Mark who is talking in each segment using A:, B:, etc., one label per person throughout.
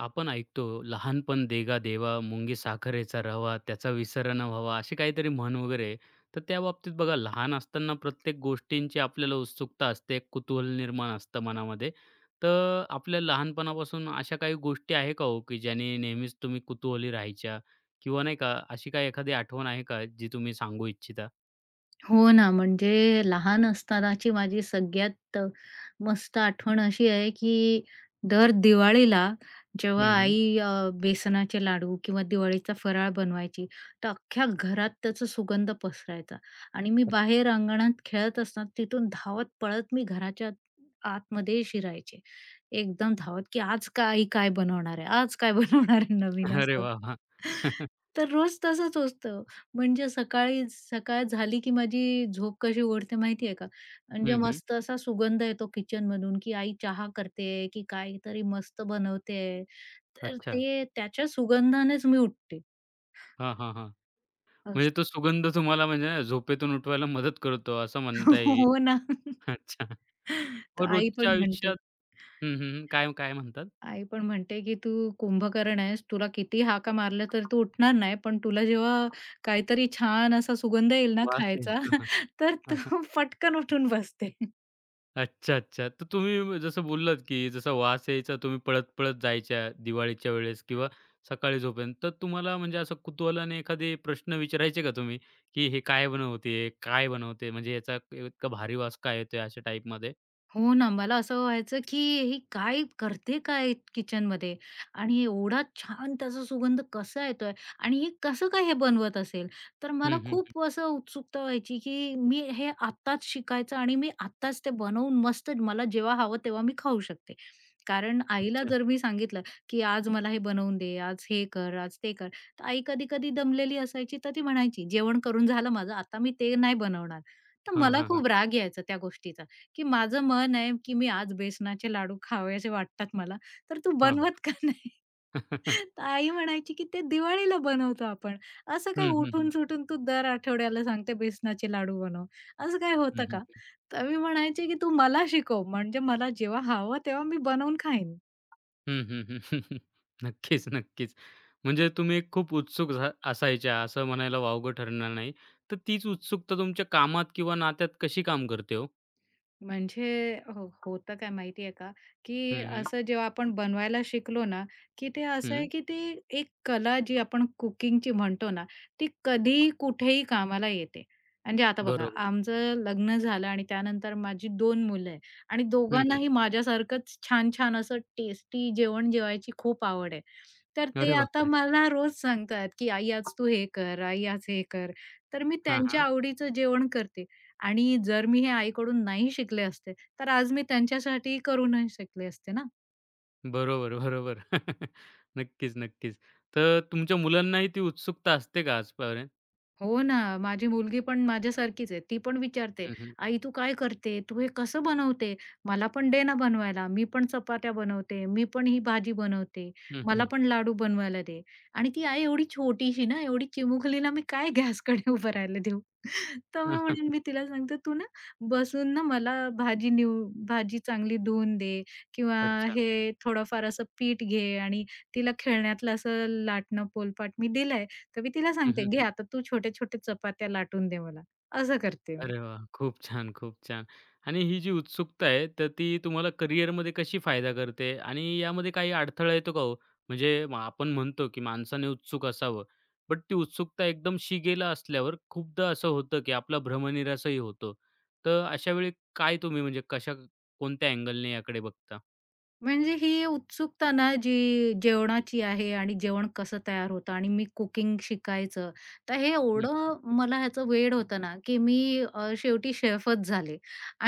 A: आपण ऐकतो लहानपण देगा देवा मुंगी साखरेचा रवा त्याचा विसर न व्हावा अशी काहीतरी म्हण वगैरे आहे. तर त्या बाबतीत बघा लहान असताना प्रत्येक गोष्टींची आपल्याला उत्सुकता असते एक कुतूहल निर्माण असतं मनामध्ये तर आपल्या लहानपणापासून अशा काही गोष्टी आहे का हो की ज्याने नेहमीच तुम्ही कुतूहली राहायच्या किंवा नाही का अशी काही एखादी आठवण आहे का जी तुम्ही सांगू इच्छिता.
B: हो ना, म्हणजे लहान असतानाची माझी सगळ्यात मस्त आठवण अशी आहे, की दर दिवाळीला जेव्हा
A: हम्म हम्म.
B: आई बेसनाचे लाडू किंवा दिवाळीचा फराळ बनवायची, तर अख्ख्या घरात त्याचा सुगंध पसरायचा आणि मी बाहेर अंगणात खेळत असताना तिथून धावत पळत मी घराच्या आतमध्ये शिरायचे. एकदम धावत, की आज काय आई काय बनवणार आहे? आज काय बनवणार आहे नवीन
A: अच्छा. अरे
B: असं?
A: वा वा.
B: तर रोज तसंच असतं. म्हणजे सकाळी सकाळ झाली की माझी झोप कशी ओढते माहिती आहे का? म्हणजे
A: हम्म हम्म.
B: मस्त असा सुगंध येतो किचनमधून, की आई चहा करते, की काहीतरी मस्त बनवते. तर
A: अच्छा.
B: ते त्याच्या सुगंधानेच मी उठते.
A: हां हां हां. म्हणजे
B: असं.
A: तो सुगंध तुम्हाला म्हणजे नाही झोपेतून उठवायला मदत करतो असं म्हणता येईल.
B: हो ना.
A: अच्छा.
B: तर
A: मग
B: आई
A: रोजच्या
B: पण म्हणते.
A: आयुष्यात हं, हं, हं. काय काय म्हणतात?
B: आई पण म्हणते, की "तू कुंभकर्ण आहेस. तुला किती हाका मारल्या तर तू उठणार नाही. पण तुला जेव्हा काहीतरी छान असा सुगंध येईल ना
A: वास येईल.
B: खायचा,
A: हां,
B: तर
A: हां. हां.
B: तू पटकन उठून बसते."
A: अच्छा, अच्छा. तर तुम्ही जसं बोललात, की जसा वास यायचा तुम्ही पळत-पळत जायच्या दिवाळीच्या वेळेस किंवा सकाळी झोपेपर्यंत. तर तुम्हाला म्हणजे असं कुतूहलाने एखादे प्रश्न विचारायचे का तुम्ही, की हे काय बनवते? काय बनवते? म्हणजे याचा इतका भारी वास का येतोय? अशा टाईपमध्ये.
B: हो ना, मला असं व्हायचं, की ही काय करते काय किचनमध्ये? आणि एवढा छान त्याचा सुगंध कसा येतोय? आणि हे कसं काय हे बनवत असेल? तर मला
A: हं, हं. हं.
B: खूप असं उत्सुकता व्हायची, की मी हे आत्ताच शिकायचं आणि मी आत्ताच ते बनवून मस्त मला जेव्हा हवं तेव्हा मी खाऊ शकते. कारण आईला
A: अच्छा.
B: जर मी सांगितलं, की आज मला हे बनवून दे, आज हे कर, आज ते कर. तर आई कधी-कधी दमलेली असायची, तर ती म्हणायची, "जेवण करून झालं माझं, आता मी ते नाही बनवणार." तर
A: हां,
B: मला
A: हां,
B: खूप
A: हां.
B: राग यायचा त्या गोष्टीचा. की माझं मन आहे, की मी आज बेसनाचे लाडू खावेसे वाटतात मला, तर तू
A: हां.
B: बनवत का नाही? तर आई म्हणायची, की "ते दिवाळीला बनवतो आपण. असं काय
A: हं, हं, हं.
B: उठून सुटून तू दर आठवड्याला सांगते बेसनाचे लाडू बनव. असं काय
A: हं,
B: होतं का?"
A: हं.
B: तर मी म्हणायचे, की "तू मला शिकव, म्हणजे मला जेव्हा हवं तेव्हा मी बनवून खाईन."
A: हं, हं, हं. नक्कीच, नक्कीच. म्हणजे तुम्ही खूप उत्सुक असायच्या असं म्हणायला वावगं ठरणार नाही. तर तीच उत्सुकता तुमच्या कामात किंवा नात्यात कशी काम करते हो?
B: म्हणजे हो, होतं काय माहिती का, की
A: हं, हं.
B: असं जेव्हा आपण बनवायला शिकलो ना, की ते असं
A: हं.
B: आहे की ती एक कला जी आपण कुकिंगची म्हणतो ना, ती कधीही कुठेही कामाला येते. म्हणजे आता बघा,
A: बरोबर.
B: आमचं लग्न झालं आणि त्यानंतर माझी दोन मुलं आहे आणि
A: हं,
B: दोघांनाही
A: हं.
B: माझ्यासारखंच छान-छान असं टेस्टी जेवण जेवायची खूप आवड आहे. तर ते
A: अरे
B: आता
A: बापरे!
B: मला रोज सांगतात, की "आई आज तू हे कर, आई आज हे कर." तर मी
A: हां,
B: त्यांच्या
A: हां.
B: आवडीचं जेवण करते. आणि जर मी हे आईकडून नाही शिकले असते, तर आज मी त्यांच्यासाठी करू नाही शकले असते ना.
A: बरोबर, बरोबर. नक्कीच, नक्कीच. तर तुमच्या मुलांनाही ती उत्सुकता असते का आजपर्यंत?
B: हो ना, माझी मुलगी पण माझ्यासारखीच आहे. ती पण विचारते,
A: हं, हं.
B: "आई तू काय करते? तू हे कसं बनवते? मला पण दे ना बनवायला. मी पण चपात्या बनवते. मी पण ही भाजी बनवते.
A: हं,
B: मला
A: हं.
B: पण लाडू बनवायला दे." आणि ती आई एवढी छोटीशी ना, एवढी चिमुकलीला मी काय गॅसकडे उभं राहायला देऊ? तर मग म्हणून मी तिला सांगते, "तू ना बसून ना मला भाजी निवू भाजी चांगली धुवून दे किंवा
A: अच्छा.
B: हे थोडंफार असं पीठ घे" आणि तिला खेळण्यातलं असं लाटणं, पोलपाट मी दिलंय. तर मी तिला
A: हं,
B: सांगते, "घे
A: हं,
B: आता तू छोट्या-छोट्या चपात्या लाटून दे मला." असं करते मी.
A: अरे वाह! खूप छान, खूप छान. आणि ही जी उत्सुकता आहे, तर ती तुम्हाला करिअरमध्ये कशी फायदा करते आणि यामध्ये काही अडथळा येतो का हो? म्हणजे मग आपण म्हणतो, की माणसाने उत्सुक असावं, बट ती उत्सुकता एकदम शिगेला असल्यावर खूपदा असं होतं, की आपला भ्रमनिरासही होतो. तर अशा वेळी काय तुम्ही म्हणजे कशा कोणत्या अँगलने याकडे बघता?
B: म्हणजे ही उत्सुकता ना, जी जेवणाची आहे आणि जेवण कसं तयार होतं आणि मी कुकिंग शिकायचं. तर हे
A: हं.
B: एवढं मला ह्याचं वेड होतं ना, की मी शेवटी शेफच झाले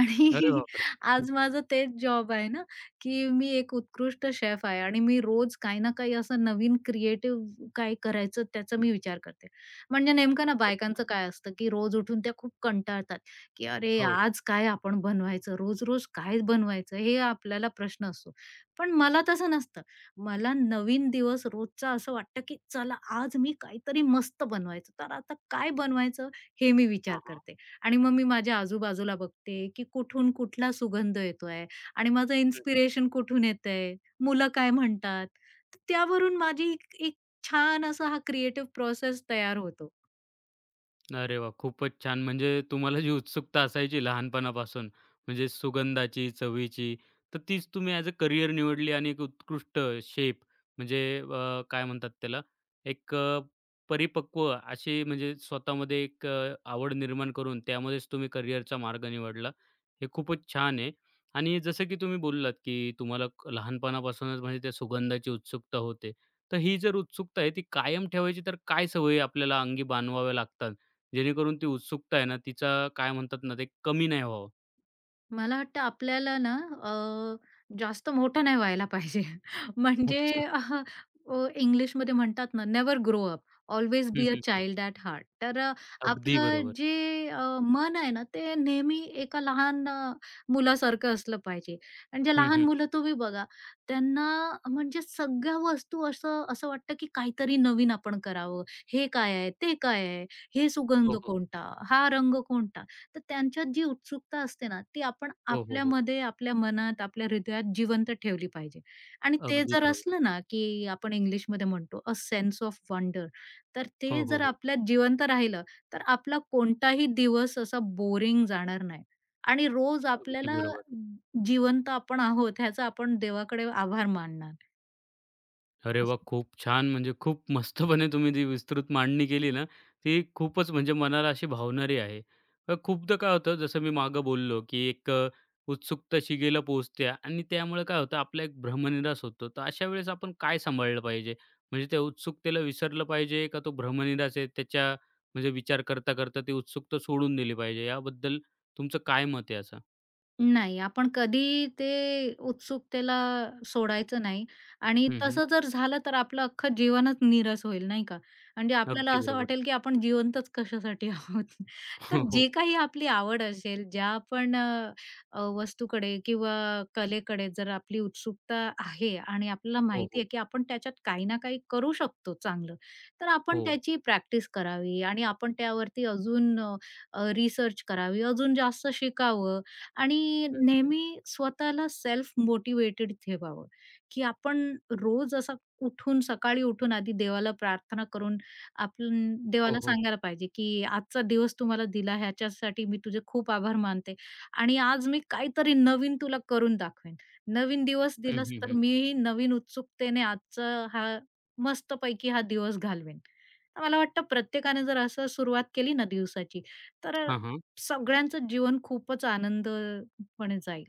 B: आणि
A: अरे बापरे!
B: आज माझं तेच जॉब आहे ना, की मी एक उत्कृष्ट शेफ आहे आणि मी रोज काही ना काही असं नवीन क्रिएटिव्ह काय करायचं त्याचा मी विचार करते. म्हणजे नेमकं ना
A: खूपच
B: बायकांचं
A: छान.
B: काय असतं, की रोज उठून त्या खूप कंटाळतात, की "अरे,
A: हो.
B: आज काय आपण बनवायचं? रोज-रोज काय बनवायचं?" हे आपल्याला प्रश्न असतो. पण मला तसं नसतं. मला नवीन दिवस रोजचा असं वाटतं, की चला आज मी काहीतरी मस्त बनवायचं. तर आता काय बनवायचं हे मी विचार
A: हां, हां.
B: करते आणि मग मी माझ्या आजूबाजूला बघते, की कुठून कुठला सुगंध येतोय आणि माझं इन्स्पिरेशन कुठून येतंय, मुलं काय म्हणतात. तर त्यावरून माझी एक एक छान असा हा क्रिएटिव्ह प्रोसेस तयार होतो.
A: अरे वा, खूपच छान. म्हणजे तुम्हाला जी उत्सुकता असायची लहानपणापासून, म्हणजे सुगंधाची, चवीची, तर तीच तुम्ही ॲज अ करियर निवडली आणि एक उत्कृष्ट शेप, म्हणजे काय म्हणतात त्याला, एक परिपक्व अशी म्हणजे स्वतःमध्ये एक आवड निर्माण करून त्यामध्येच तुम्ही करियरचा मार्ग निवडला. हे खूपच छान आहे. आणि जसं की तुम्ही बोललात, की तुम्हाला लहानपणापासूनच म्हणजे त्या सुगंधाची उत्सुकता होते. तर ही जर उत्सुकता आहे ती कायम ठेवायची तर काय सवयी आपल्याला अंगी बाणवाव्या लागतात? जेणेकरून ती उत्सुकता आहे ना, तिचा काय म्हणतात ना, ते कमी नाही व्हावं.
B: मला वाटतं आपल्याला ना अ, जास्त मोठं नाही व्हायला पाहिजे.
A: अच्छा.
B: म्हणजे अ, अ, इंग्लिशमध्ये म्हणतात ना, नेव्हर ग्रो अप, ऑल्वेज
A: हं,
B: बी a
A: hmm, hmm.
B: Child at heart. तर
A: अगदी
B: आपलं
A: बरोबर.
B: जे मन आहे ना, ते नेहमी एका लहान मुलासारखं असलं पाहिजे. म्हणजे
A: हं,
B: लहान
A: हं.
B: मुलं तुम्ही बघा, त्यांना म्हणजे सगळ्या वस्तू असं असं वाटतं, की काहीतरी नवीन आपण करावं. हे काय आहे? ते काय आहे? हे
A: हो,
B: सुगंध
A: हो.
B: कोणता? हा रंग कोणता? तर त्यांच्यात जी उत्सुकता असते ना, ती आपण
A: हो, हो, हो.
B: आपल्यामध्ये, आपल्या मनात, आपल्या हृदयात जिवंत ठेवली पाहिजे. आणि ते
A: अगदी
B: जर
A: बरोबर.
B: असलं ना, की आपण इंग्लिशमध्ये म्हणतो अ सेन्स ऑफ वंडर. तर ते
A: हो, हो,
B: जर
A: हो.
B: आपल्यात जिवंत राहिलं, तर आपला कोणताही दिवस असा बोरिंग जाणार नाही. आणि रोज
A: अगदी
B: आपल्याला
A: बरोबर.
B: जिवंत आपण आहोत ह्याचा आपण देवाकडे आभार मानणार.
A: अरे वा खूप छान. म्हणजे खूप मस्तपणे तुम्ही जी विस्तृत मांडणी केली ना, ती खूपच म्हणजे मनाला अशी भावणारी आहे. खूपदा काय होतं जसं मी मागं बोललो, की एक उत्सुकता शिगेला पोहोचते आणि त्यामुळे काय होतं आपला एक भ्रमनिरास होतो. तर अशा वेळेस आपण काय सांभाळलं पाहिजे? म्हणजे त्या उत्सुकतेला विसरलं पाहिजे का तो भ्रमनिरास आहे त्याच्या म्हणजे विचार करता, करता ती उत्सुकता सोडून दिली पाहिजे याबद्दल तुमचं काय मत आहे याचं?
B: नाही, आपण कधी ते उत्सुकतेला सोडायचं नाही आणि
A: हं, हं.
B: तसं जर झालं तर आपलं अख्खं जीवनच नीरस होईल, नाही का? म्हणजे आपल्याला
A: अगदी
B: असं
A: बरोबर.
B: वाटेल की आपण जिवंतच कशासाठी आहोत. तर
A: हो, हो.
B: जे काही आपली आवड असेल, ज्या आपण अ, अ, वस्तूकडे किंवा कलेकडे जर आपली उत्सुकता आहे आणि आपल्याला
A: हो,
B: माहिती
A: हो.
B: आहे की आपण त्याच्यात काही ना काही करू शकतो चांगलं, तर आपण
A: हो.
B: त्याची प्रॅक्टिस करावी आणि आपण त्यावरती अजून रिसर्च करावी, अजून जास्त शिकावं आणि
A: हं, हं.
B: नेहमी स्वतःला सेल्फ मोटिवेटेड ठेवावं, की आपण रोज असं उठून सकाळी उठून आधी देवाला प्रार्थना करून आपण
A: हो,
B: देवाला
A: हो.
B: सांगायला पाहिजे, की आजचा दिवस तू मला दिला ह्याच्यासाठी मी तुझे खूप आभार मानते आणि आज मी काहीतरी नवीन तुला करून दाखवेन. नवीन दिवस
A: हं,
B: दिलास
A: हं,
B: तर
A: हं.
B: मीही नवीन उत्सुकतेने आजचा हा मस्तपैकी हा दिवस घालवेन. तर मला वाटतं प्रत्येकाने जर असं सुरुवात केली ना दिवसाची, तर
A: हां, हां.
B: सगळ्यांचं जीवन खूपच आनंदपणे जाईल.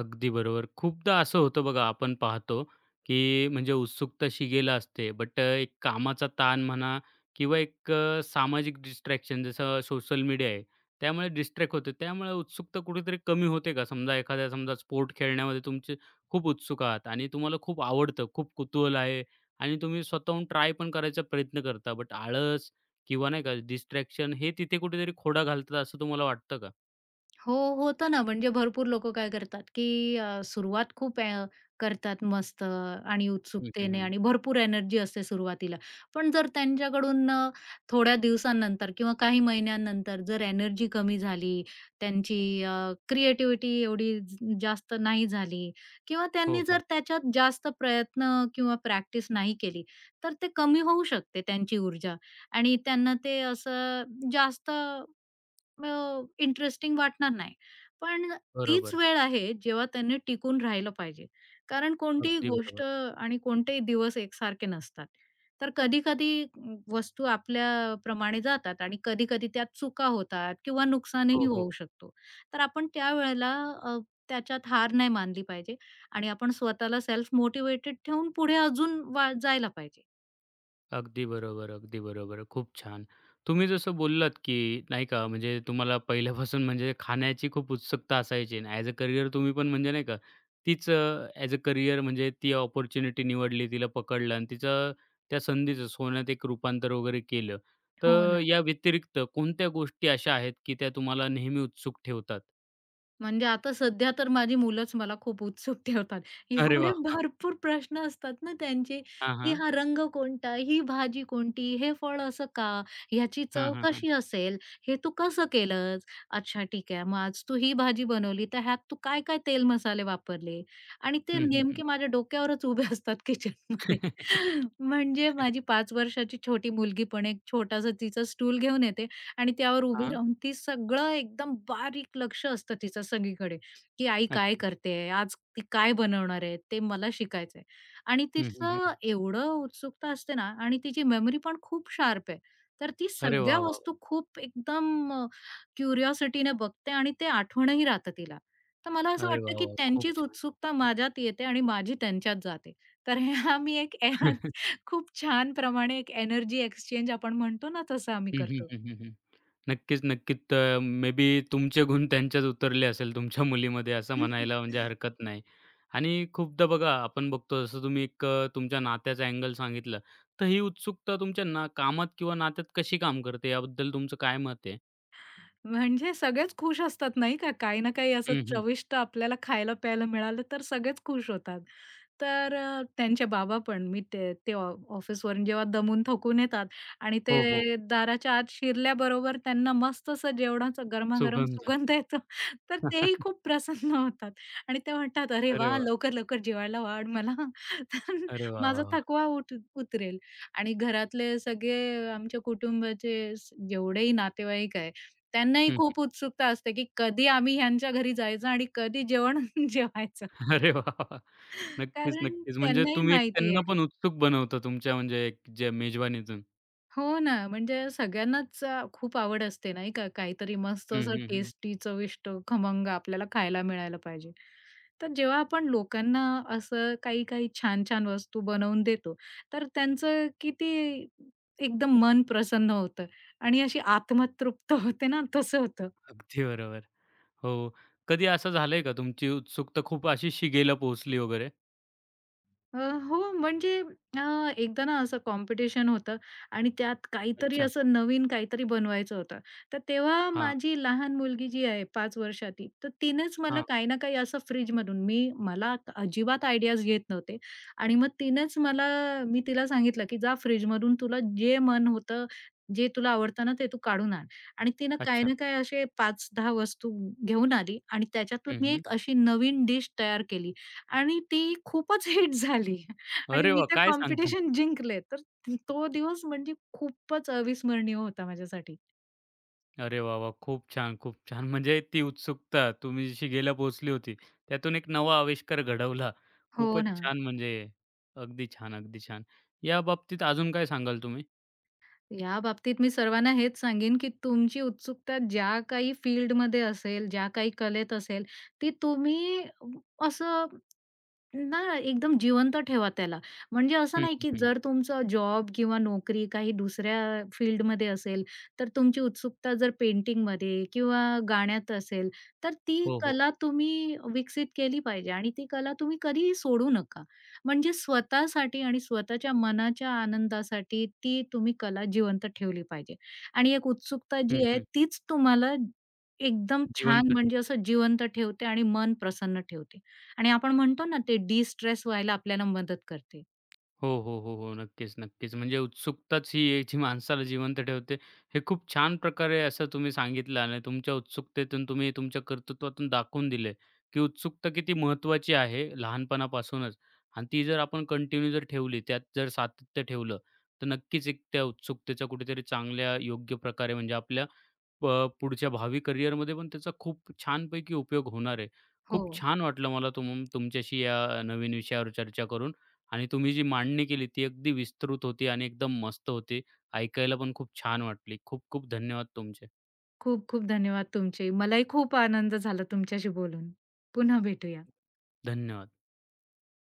A: अगदी बरोबर. खूपदा असं होतं बघा आपण पाहतो, की म्हणजे उत्सुकता शिगेला असते, बट एक कामाचा ताण म्हणा किंवा एक सामाजिक डिस्ट्रॅक्शन जसं सोशल मीडिया आहे, त्यामुळे डिस्ट्रॅक्ट होते. त्यामुळे उत्सुकता कुठेतरी कमी होते का? समजा एखाद्या समजा स्पोर्ट खेळण्यामध्ये तुमचे खूप उत्सुक आहात आणि तुम्हाला खूप आवडतं, खूप कुतूहल आहे आणि तुम्ही स्वतःहून ट्राय पण करायचा प्रयत्न करता, बट आळस किंवा नाही का डिस्ट्रॅक्शन हे तिथे कुठेतरी खोडा घालतात असं तुम्हाला वाटतं का?
B: हो, होतं ना, म्हणजे भरपूर लोकं काय करतात, की सुरुवात खूप करतात मस्त आणि
A: हं, हं,
B: उत्सुकतेने
A: हं.
B: आणि भरपूर एनर्जी असते सुरुवातीला. पण जर त्यांच्याकडून थोड्या दिवसानंतर किंवा काही महिन्यांनंतर जर एनर्जी कमी झाली, त्यांची अ, क्रिएटिव्हिटी एवढी जास्त नाही झाली किंवा
A: हो,
B: त्यांनी
A: हो.
B: जर त्याच्यात जास्त प्रयत्न किंवा प्रॅक्टिस नाही केली, तर ते कमी होऊ शकते त्यांची ऊर्जा आणि त्यांना ते असं जास्त इंटरेस्टिंग वाटणार नाही. पण तीच
A: बरोबर.
B: वेळ आहे जेव्हा त्यांनी टिकून राहिलं पाहिजे. कारण कोणतीही
A: अगदी बरोबर.
B: गोष्ट आणि कोणतेही दिवस एकसारखे नसतात. तर कधी-कधी वस्तू आपल्याप्रमाणे जातात आणि कधी-कधी त्यात चुका होतात किंवा नुकसानही
A: हो, हो.
B: होऊ शकतो. तर आपण त्यावेळेला अ, त्याच्यात हार नाही मानली पाहिजे आणि आपण स्वतःला सेल्फ मोटिव्हेटेड ठेवून पुढे अजून जायला पाहिजे.
A: अगदी बरोबर, अगदी बरोबर. खूप छान. तुम्ही जसं बोललात, की नाही का म्हणजे तुम्हाला पहिल्यापासून म्हणजे खाण्याची खूप उत्सुकता असायची आणि ॲज अ करियर तुम्ही पण म्हणजे नाही का तीच ॲज अ करियर म्हणजे ती अपॉर्च्युनिटी निवडली, तिला पकडलं आणि तिचं त्या संधीचं सोन्यात एक रूपांतर वगैरे केलं.
B: हो
A: तर
B: ना.
A: या व्यतिरिक्त कोणत्या गोष्टी अशा आहेत, की त्या तुम्हाला नेहमी उत्सुक ठेवतात?
B: म्हणजे आता सध्या तर माझी मुलंच मला खूप उत्सुक ठेवतात.
A: अरे
B: एवढे
A: वाह!
B: भरपूर प्रश्न असतात ना त्यांचे,
A: हां,
B: की
A: हां.
B: हा रंग कोणता? ही भाजी कोणती? हे फळ असं का? ह्याची
A: हां,
B: चव
A: हां, हां.
B: कशी असेल? हे तू कसं केलंस? अच्छा ठीक आहे. मग आज तू ही भाजी बनवली तर ह्यात तू काय-काय तेल मसाले वापरले? आणि ते
A: हं, हं, हं.
B: नेमके माझ्या डोक्यावरच उभे असतात
A: हां.
B: किचनमध्ये. म्हणजे माझी 5 वर्षाची छोटी मुलगी पण एक छोटासा तिचा स्टूल घेऊन येते आणि त्यावर उभी राहून ती सगळं एकदम बारीक लक्ष असतं तिचं सगळीकडे, की आई काय
A: अच्छा.
B: करतेय? आज ती काय बनवणार आहे? ते मला शिकायचंय. आणि
A: हं, हं,
B: तिचं
A: हं.
B: एवढं उत्सुकता असते ना आणि तिची मेमरी पण खूप शार्प आहे. तर ती
A: अरे वाह,
B: सगळ्या
A: वाह!
B: वस्तू खूप एकदम क्युरिओसिटीने बघते आणि ते आठवणही राहतं तिला. तर मला असं
A: अरे
B: वाटतं,
A: वाह,
B: की
A: वाह! खूप
B: त्यांचीच
A: छान.
B: उत्सुकता माझ्यात येते आणि माझी त्यांच्यात जाते. तर हा मी एक खूप छान प्रमाणे एक एनर्जी एक्सचेंज आपण म्हणतो ना, तसं आम्ही
A: हं, हं,
B: करतो.
A: हं, हं, हं. नक्कीच, नक्कीच. तर मे बी तुमचे गुण त्यांच्यात उतरले असेल तुमच्या मुलीमध्ये असं
B: हं, हं.
A: म्हणायला म्हणजे हरकत नाही. आणि खूपदा बघा आपण बघतो जसं तुम्ही एक तुमच्या नात्याचा अँगल सांगितलं, तर ही उत्सुकता तुमच्या ना कामात किंवा नात्यात कशी काम करते याबद्दल तुमचं काय मत आहे?
B: म्हणजे सगळेच खुश असतात नाही का? काही ना काही असं
A: हं, हं.
B: चविष्ट आपल्याला खायला-प्यायला मिळालं तर सगळेच खुश होतात. तर त्यांचे बाबा पण मी ते ते ऑ ऑफिसवरून जेव्हा दमून थकून येतात आणि
A: हो, हो.
B: ते दाराच्या आत शिरल्याबरोबर त्यांना मस्त असं जेवणाचा गरमागरम
A: सुगंध.
B: सुगंध येतो, तर तेही खूप प्रसन्न होतात आणि ते म्हणतात, "अरे
A: अरे
B: वाह!
A: वाह!
B: लवकर-लवकर जेवायला वाढ मला, तर
A: अरे वाह, वाह,
B: माझा
A: वाह!
B: थकवा उतरेल." आणि घरातले सगळे आमच्या कुटुंबाचे जेवढेही नातेवाईक त्यांनाही
A: हं,
B: खूप उत्सुकता असते, की कधी आम्ही ह्यांच्या घरी जायचं आणि कधी जेवण जेवायचं.
A: हं. अरे वाह, वाह! नक्कीच,
B: कारण
A: नक्कीच. म्हणजे
B: त्यांनाही
A: तुम्ही एक
B: माहिती
A: त्यांना
B: आहे.
A: पण उत्सुक बनवता तुमच्या म्हणजे एक जे मेजवानीतून.
B: हो ना, म्हणजे सगळ्यांनाच खूप आवड असते नाही का, काहीतरी मस्त
A: हं,
B: असं
A: हं, हं.
B: टेस्टी, चविष्ट, खमंग आपल्याला खायला मिळायला पाहिजे. तर जेव्हा आपण लोकांना असं काही-काही छान-छान वस्तू बनवून देतो, तर त्यांचं किती एकदम मन प्रसन्न होतं आणि अशी आत्मतृप्त होते ना, तसं होतं.
A: अगदी बरोबर. हो. कधी असं झालंय का तुमची उत्सुकता खूप अशी शिगेला पोहोचली वगैरे?
B: हो, म्हणजे अ, एकदा ना असं कॉम्पिटिशन होतं आणि त्यात काहीतरी
A: अच्छा.
B: असं नवीन काहीतरी बनवायचं होतं. तर तेव्हा
A: हां,
B: माझी लहान मुलगी जी आहे पाच वर्षाची, तर तिनेच मला
A: हां.
B: काही ना काही असं फ्रिजमधून मी मला अजिबात आयडियाज येत नव्हते आणि मग तिनेच मला मी तिला सांगितलं, की "जा फ्रिजमधून तुला जे मन होतं, जे तुला आवडतं ना, ते तू काढून आण." आणि तिनं काही
A: अच्छा.
B: ना काही असे 5-10 वस्तू घेऊन आली आणि त्याच्यातून
A: हं,
B: मी
A: हं.
B: एक अशी नवीन डिश तयार केली. आणि ती खूपच हिट झाली आणि
A: अरे
B: मी
A: वाह!
B: ते
A: काय सांगता?
B: कॉम्पिटिशन जिंकले. तर तो दिवस म्हणजे खूपच अविस्मरणीय होता माझ्यासाठी.
A: अरे वाह, वाह! खूप छान, खूप छान. म्हणजे ती उत्सुकता तुम्ही शिगेला पोहोचली होती. त्यातून एक नवा आविष्कार घडवला.
B: हो
A: खूपच
B: ना.
A: छान म्हणजे अगदी छान, अगदी छान. याबाबतीत अजून काय सांगाल तुम्ही?
B: याबाबतीत मी सर्वांना हेच सांगेन, की तुमची उत्सुकता ज्या काही फील्डमध्ये असेल, ज्या काही कलेत असेल, ती तुम्ही असं ना, एकदम जिवंत ठेवा त्याला. म्हणजे असं
A: हं,
B: नाही,
A: हं,
B: की
A: हं.
B: जर तुमचा जॉब किंवा नोकरी काही दुसऱ्या फील्डमध्ये असेल, तर तुमची उत्सुकता जर पेंटिंगमध्ये किंवा गाण्यात असेल, तर ती
A: हो, हो.
B: कला तुम्ही विकसित केली पाहिजे आणि ती कला तुम्ही कधीही सोडू नका. म्हणजे स्वतःसाठी आणि स्वतःच्या मनाच्या आनंदासाठी ती तुम्ही कला जिवंत ठेवली पाहिजे आणि एक उत्सुकता
A: हं,
B: जी आहे,
A: हं.
B: तीच तुम्हाला एकदम छान
A: जिवंत
B: म्हणजे
A: ठेवतं.
B: असं जिवंत ठेवते आणि मन प्रसन्न ठेवते. आणि आपण म्हणतो ना ते डिस्ट्रेस व्हायला आपल्याला मदत करते.
A: हो, हो, हो, हो. नक्कीच, नक्कीच. म्हणजे उत्सुकताच ही आहे जी माणसाला जिवंत ठेवते. हे खूप छान प्रकारे असं तुम्ही सांगितलं आणि तुमच्या उत्सुकतेतून तुम्ही तुमच्या कर्तृत्वातून दाखवून दिले, की उत्सुकता किती महत्त्वाची आहे लहानपणापासूनच आणि ती जर आपण कंटिन्यू जर ठेवली, त्यात जर सातत्य ठेवलं, तर नक्कीच एक त्या उत्सुकतेचा कुठेतरी चांगल्या योग्य प्रकारे म्हणजे आपल्या प पुढच्या भावी करिअरमध्ये पण त्याचा खूप छानपैकी उपयोग होणार आहे. खूप
B: हो.
A: छान वाटलं मला तुमच्याशी या नवीन विषयावर चर्चा करून. आणि तुम्ही जी मांडणी केली ती अगदी विस्तृत होती आणि एकदम मस्त होती. ऐकायला पण खूप छान वाटली. खूप खूप धन्यवाद तुमचे.
B: खूप खूप धन्यवाद तुमचे. मलाही खूप आनंद झाला तुमच्याशी बोलून. पुन्हा भेटूया.
A: धन्यवाद.